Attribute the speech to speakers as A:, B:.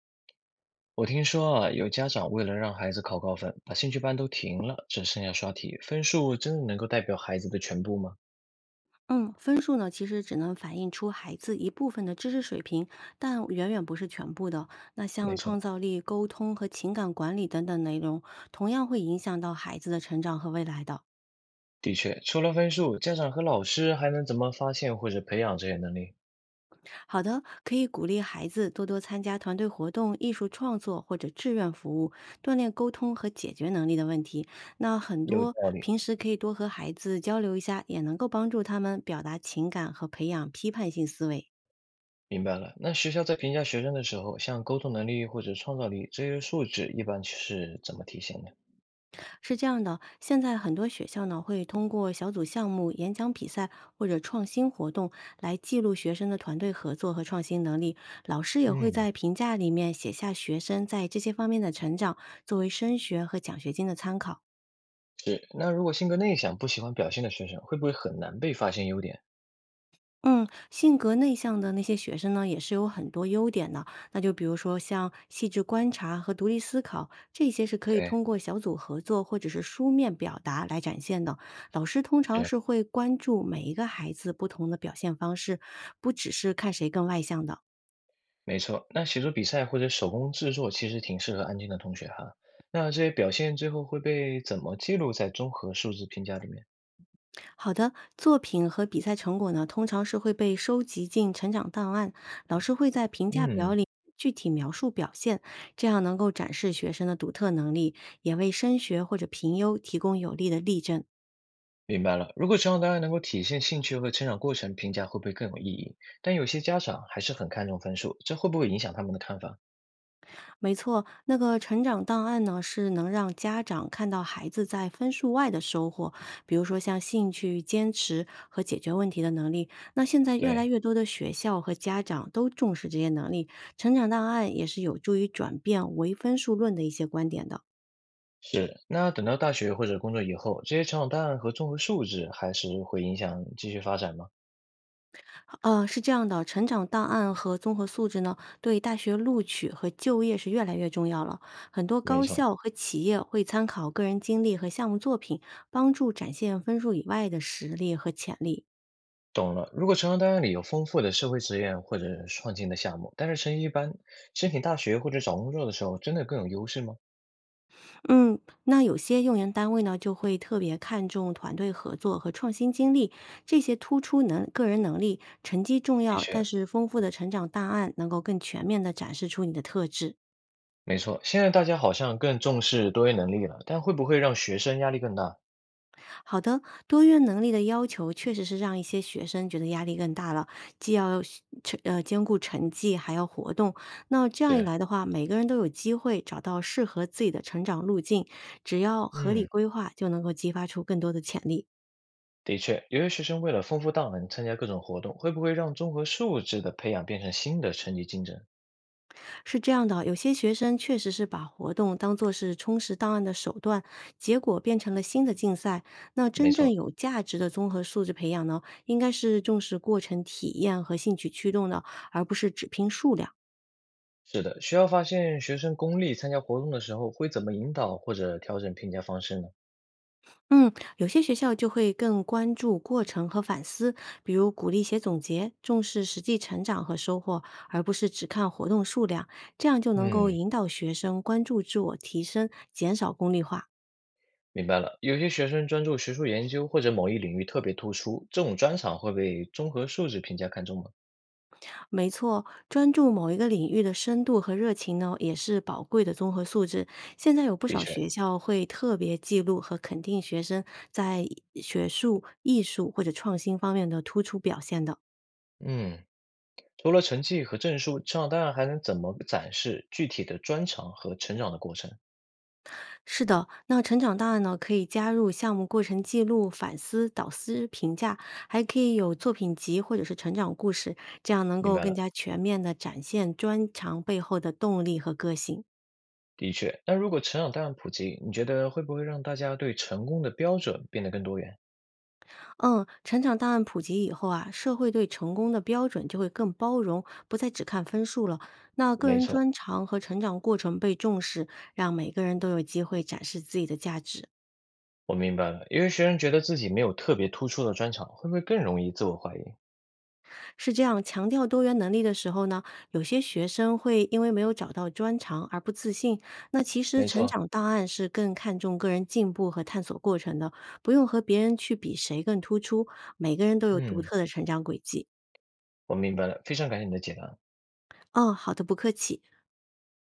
A: 我听说啊，有家长为了让孩子考高分，把兴趣班都停了，只剩下刷题。分数真的能够代表孩子的全部吗？
B: 嗯，分数呢，其实只能反映出孩子一部分的知识水平，但远远不是全部的。那
A: 没
B: 像
A: 错，
B: 创造力、沟通和情感管理等等内容，同样会影响到孩子的成长和未来的。
A: 的确，除了分数，家长和老师还能怎么发现或者培养这些能力？
B: 好的，可以鼓励孩子多多参加团队活动、艺术创作或者志愿服务，锻炼沟通和解决能力的问题。那很
A: 有
B: 多
A: 道理，
B: 平时可以多和孩子交流一下，也能够帮助他们表达情感和培养批判性思维。
A: 明白了。那学校在评价学生的时候，像沟通能力或者创造力这些素质，一般是怎么体现的？
B: 是这样的，现在很多学校呢会通过小组项目、演讲比赛或者创新活动来记录学生的团队合作和创新能力。老师也会
A: 嗯，
B: 在评价里面写下学生在这些方面的成长，作为升学和奖学金的参考。
A: 是。那如果性格内向、不喜欢表现的学生，会不会很难被发现优点？
B: 嗯，性格内向的那些学生呢，也是有很多优点的。那就比如说像细致观察和独立思考，这些是可以
A: 对，
B: 通过小组合作或者是书面表达来展现的。老师通常
A: 是。
B: 是会关注每一个孩子不同的表现方式，不只是看谁更外向的。
A: 没错，那写作比赛或者手工制作其实挺适合安静的同学哈。那这些表现最后会被怎么记录在综合素质评价里面？
B: 好的，作品和比赛成果呢，通常是会被收集进成长档案，老师会在评价表
A: 嗯，
B: 里具体描述表现，这样能够展示学生的独特能力，也为升学或者评优提供有力的例证。
A: 明白了。如果成长大家能够体现兴趣和成长过程，评价会不会更有意义？但有些家长还是很看重分数，这会不会影响他们的看法？
B: 没错，那个成长档案呢，是能让家长看到孩子在分数外的收获，比如说像兴趣、坚持和解决问题的能力。那现在越来
A: 对，
B: 越多的学校和家长都重视这些能力，成长档案也是有助于转变唯分数论的一些观点的。
A: 是。那等到大学或者工作以后，这些成长档案和综合素质还是会影响继续发展吗？
B: 是这样的，成长档案和综合素质呢，对大学录取和就业是越来越重要了。很多
A: 没
B: 高
A: 错。
B: 校和企业会参考个人经历和项目作品，帮助展现分数以外的实力和潜力。
A: 懂了。如果成人档案里有丰富的社会实验或者创新的项目，但是成绩一般，申请大学或者找工作的时候，真的更有优势吗？
B: 嗯，那有些用人单位呢，就会特别看重团队合作和创新经历，这些突出能个人能力。成绩重
A: 的
B: 要，但
A: 确，
B: 是丰富的成长档案能够更全面地展示出你的特质。
A: 没错，现在大家好像更重视多元能力了，但会不会让学生压力更大？
B: 好的，多元能力的要求确实是让一些学生觉得压力更大了，既要兼顾成绩，还要活动。那这样一
A: 是，
B: 来的话，每个人都有机会找到适合自己的成长路径，只要合理
A: 嗯，
B: 规划，就能够激发出更多的潜力。
A: 的确，有些学生为了丰富档案，参加各种活动，会不会让综合素质的培养变成新的成绩竞争？
B: 是这样的，有些学生确实是把活动当做是充实档案的手段，结果变成了新的竞赛。那
A: 没
B: 真正
A: 错，
B: 有价值的综合素质培养呢，应该是重视过程体验和兴趣驱动的，而不是只拼数量。
A: 是的，学校发现学生功利参加活动的时候，会怎么引导或者调整评价方式呢？
B: 嗯，有些学校就会更关注过程和反思，比如鼓励写总结，重视实际成长和收获，而不是只看活动数量，这样就能够
A: 嗯。
B: 引导学生关注自我提升，减少功利化。
A: 明白了，有些学生专注学术研究或者某一领域特别突出，这种专长会被综合素质评价看重吗？
B: 没错，专注某一个领域的深度和热情呢，也是宝贵的综合素质。现在有不
A: 的
B: 少
A: 确，
B: 学校会特别记录和肯定学生在学术、艺术或者创新方面的突出表现的。
A: 嗯，除了成绩和证书，成长档案还能怎么展示具体的专长和成长的过程？
B: 是的，那成长档案呢，可以加入项目过程记录、反思、导师评价，还可以有作品集或者是成长故事，这样能
A: 明
B: 够
A: 白
B: 更
A: 了，
B: 加全面的展现专长背后的动力和个性。
A: 的确。那如果成长档案普及，你觉得会不会让大家对成功的标准变得更多元？
B: 嗯，成长档案普及以后啊，社会对成功的标准就会更包容，不再只看分数了。那个
A: 没
B: 人
A: 错，
B: 专长和成长过程被重视，让每个人都有机会展示自己的价值。
A: 我明白了，因为学生觉得自己没有特别突出的专长，会不会更容易自我怀疑？
B: 是这样，强调多元能力的时候呢，有些学生会因为没有找到专长而不自信。那其实
A: 没
B: 成
A: 错，
B: 长档案是更看重个人进步和探索过程的，不用和别人去比谁更突出，每个人都有独
A: 嗯，
B: 特的成长轨迹。
A: 我明白了，非常感谢你的解答。
B: 哦，好的，不客气。